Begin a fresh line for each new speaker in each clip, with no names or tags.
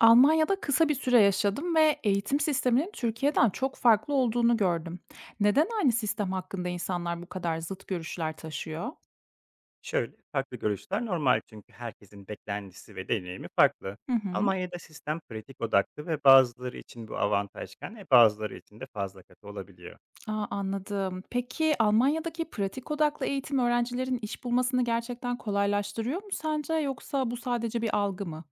Almanya'da kısa bir süre yaşadım ve eğitim sisteminin Türkiye'den çok farklı olduğunu gördüm. Neden aynı sistem hakkında insanlar bu kadar zıt görüşler taşıyor?
Şöyle, farklı görüşler normal çünkü herkesin beklentisi ve deneyimi farklı.
Hı hı.
Almanya'da sistem pratik odaklı ve bazıları için bu avantajken bazıları için de fazla katı olabiliyor.
Aa, anladım. Peki Almanya'daki pratik odaklı eğitim öğrencilerin iş bulmasını gerçekten kolaylaştırıyor mu sence yoksa bu sadece bir algı mı?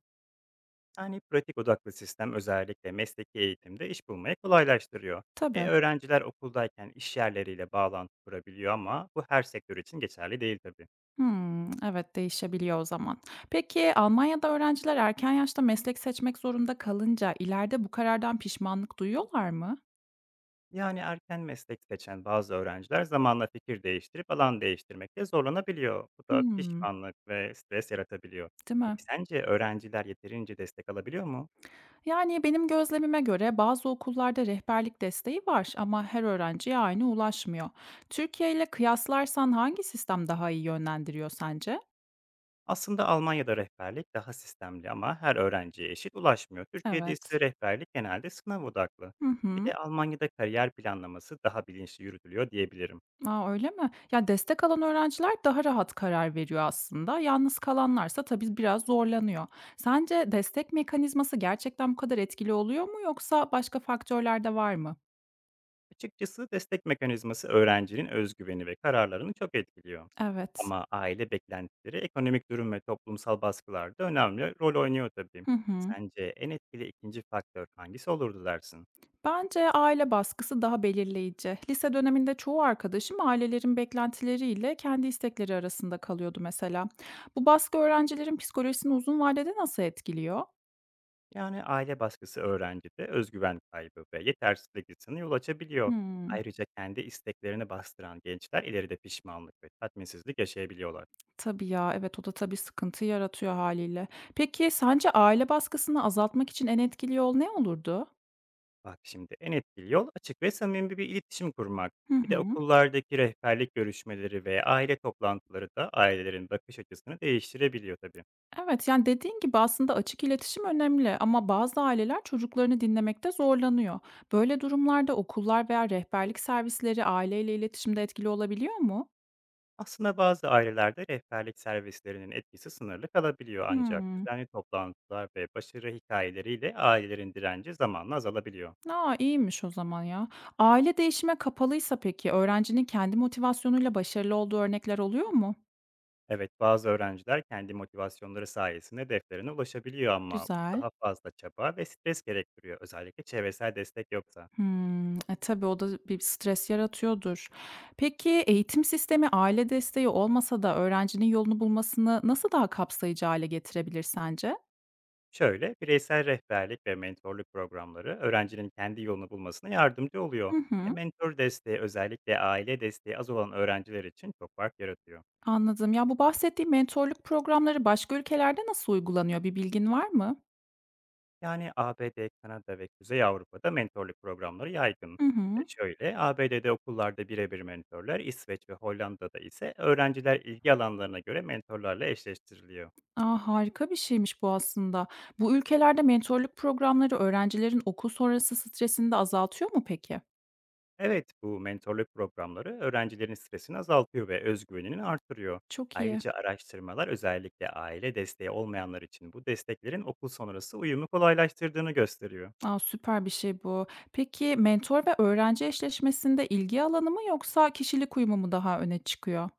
Yani pratik odaklı sistem özellikle mesleki eğitimde iş bulmayı kolaylaştırıyor.
Tabii.
Öğrenciler okuldayken iş yerleriyle bağlantı kurabiliyor ama bu her sektör için geçerli değil tabii.
Hmm, evet, değişebiliyor o zaman. Peki Almanya'da öğrenciler erken yaşta meslek seçmek zorunda kalınca ileride bu karardan pişmanlık duyuyorlar mı?
Yani erken meslek seçen bazı öğrenciler zamanla fikir değiştirip alan değiştirmekte zorlanabiliyor. Bu da
Hmm,
pişmanlık ve stres yaratabiliyor.
değil mi?
Peki sence öğrenciler yeterince destek alabiliyor mu?
Yani benim gözlemime göre bazı okullarda rehberlik desteği var ama her öğrenciye aynı ulaşmıyor. Türkiye ile kıyaslarsan hangi sistem daha iyi yönlendiriyor sence?
Aslında Almanya'da rehberlik daha sistemli ama her öğrenciye eşit ulaşmıyor. Türkiye'de
Evet.
ise rehberlik genelde sınav odaklı.
Hı
Bir
hı.
de Almanya'da kariyer planlaması daha bilinçli yürütülüyor diyebilirim.
Aa, öyle mi? Ya destek alan öğrenciler daha rahat karar veriyor aslında. Yalnız kalanlarsa tabii biraz zorlanıyor. Sence destek mekanizması gerçekten bu kadar etkili oluyor mu yoksa başka faktörler de var mı?
Açıkçası destek mekanizması öğrencinin özgüveni ve kararlarını çok etkiliyor.
Evet.
Ama aile beklentileri, ekonomik durum ve toplumsal baskılar da önemli rol oynuyor tabii.
Hı hı.
Sence en etkili ikinci faktör hangisi olurdu dersin?
Bence aile baskısı daha belirleyici. Lise döneminde çoğu arkadaşım ailelerin beklentileriyle kendi istekleri arasında kalıyordu mesela. Bu baskı öğrencilerin psikolojisini uzun vadede nasıl etkiliyor?
Yani aile baskısı öğrencide özgüven kaybı ve yetersizlik hissine yol açabiliyor.
Hmm,
Ayrıca kendi isteklerini bastıran gençler ileride pişmanlık ve tatminsizlik yaşayabiliyorlar.
tabii ya, evet, o da tabii sıkıntı yaratıyor haliyle. Peki sence aile baskısını azaltmak için en etkili yol ne olurdu?
Bak şimdi, en etkili yol açık ve samimi bir iletişim kurmak.
Hı
Bir de
hı.
okullardaki rehberlik görüşmeleri ve aile toplantıları da ailelerin bakış açısını değiştirebiliyor tabii.
Evet, yani, dediğin gibi aslında açık iletişim önemli ama bazı aileler çocuklarını dinlemekte zorlanıyor. Böyle durumlarda okullar veya rehberlik servisleri aileyle iletişimde etkili olabiliyor mu?
Aslında bazı ailelerde rehberlik servislerinin etkisi sınırlı kalabiliyor ancak
Hmm.
düzenli toplantılar ve başarı hikayeleriyle ailelerin direnci zamanla azalabiliyor.
A, iyiymiş o zaman ya. Aile değişime kapalıysa peki öğrencinin kendi motivasyonuyla başarılı olduğu örnekler oluyor mu?
Evet, bazı öğrenciler kendi motivasyonları sayesinde hedeflerine ulaşabiliyor ama bu
Güzel.
daha fazla çaba ve stres gerektiriyor özellikle çevresel destek yoksa.
Hmm. Tabii o da bir stres yaratıyordur. Peki eğitim sistemi aile desteği olmasa da öğrencinin yolunu bulmasını nasıl daha kapsayıcı hale getirebilir sence?
Şöyle, bireysel rehberlik ve mentorluk programları öğrencinin kendi yolunu bulmasına yardımcı oluyor.
Hı hı,
Mentor desteği özellikle aile desteği az olan öğrenciler için çok fark yaratıyor.
anladım. Ya, bu bahsettiğim mentorluk programları başka ülkelerde nasıl uygulanıyor? Bir bilgin var mı?
Yani ABD, Kanada ve Kuzey Avrupa'da mentorluk programları yaygın.
Hı hı.
ABD'de okullarda birebir mentorlar, İsveç ve Hollanda'da ise öğrenciler ilgi alanlarına göre mentorlarla eşleştiriliyor.
A, harika bir şeymiş bu aslında. Bu ülkelerde mentorluk programları öğrencilerin okul sonrası stresini de azaltıyor mu peki?
Evet, bu mentorluk programları öğrencilerin stresini azaltıyor ve özgüvenini artırıyor.
Çok iyi.
Ayrıca araştırmalar özellikle aile desteği olmayanlar için bu desteklerin okul sonrası uyumu kolaylaştırdığını gösteriyor.
A, süper bir şey bu. Peki mentor ve öğrenci eşleşmesinde ilgi alanı mı yoksa kişilik uyumu mu daha öne çıkıyor?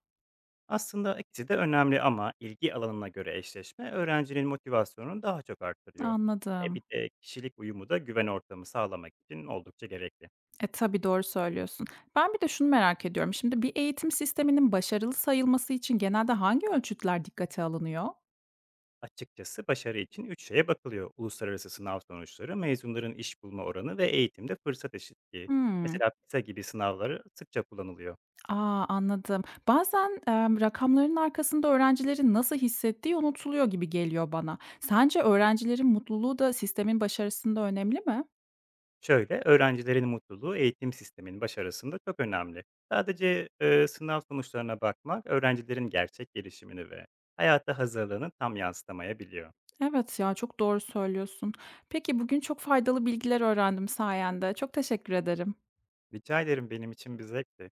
Aslında ikisi de önemli ama ilgi alanına göre eşleşme öğrencinin motivasyonunu daha çok artırıyor.
Anladım.
Bir de kişilik uyumu da güven ortamı sağlamak için oldukça gerekli.
Tabii, doğru söylüyorsun. Ben bir de şunu merak ediyorum. Şimdi bir eğitim sisteminin başarılı sayılması için genelde hangi ölçütler dikkate alınıyor?
Açıkçası başarı için üç şeye bakılıyor: uluslararası sınav sonuçları, mezunların iş bulma oranı ve eğitimde fırsat eşitliği.
Hımm.
Mesela PISA gibi sınavları sıkça kullanılıyor.
A, anladım. Bazen, rakamların arkasında öğrencilerin nasıl hissettiği unutuluyor gibi geliyor bana. Sence öğrencilerin mutluluğu da sistemin başarısında önemli mi?
Şöyle, öğrencilerin mutluluğu eğitim sisteminin başarısında çok önemli. Sadece sınav sonuçlarına bakmak, öğrencilerin gerçek gelişimini ve hayata hazırlığını tam yansıtamayabiliyor.
Evet ya, çok doğru söylüyorsun. Peki, bugün çok faydalı bilgiler öğrendim sayende. Çok teşekkür ederim.
Rica ederim, benim için bir zevkti.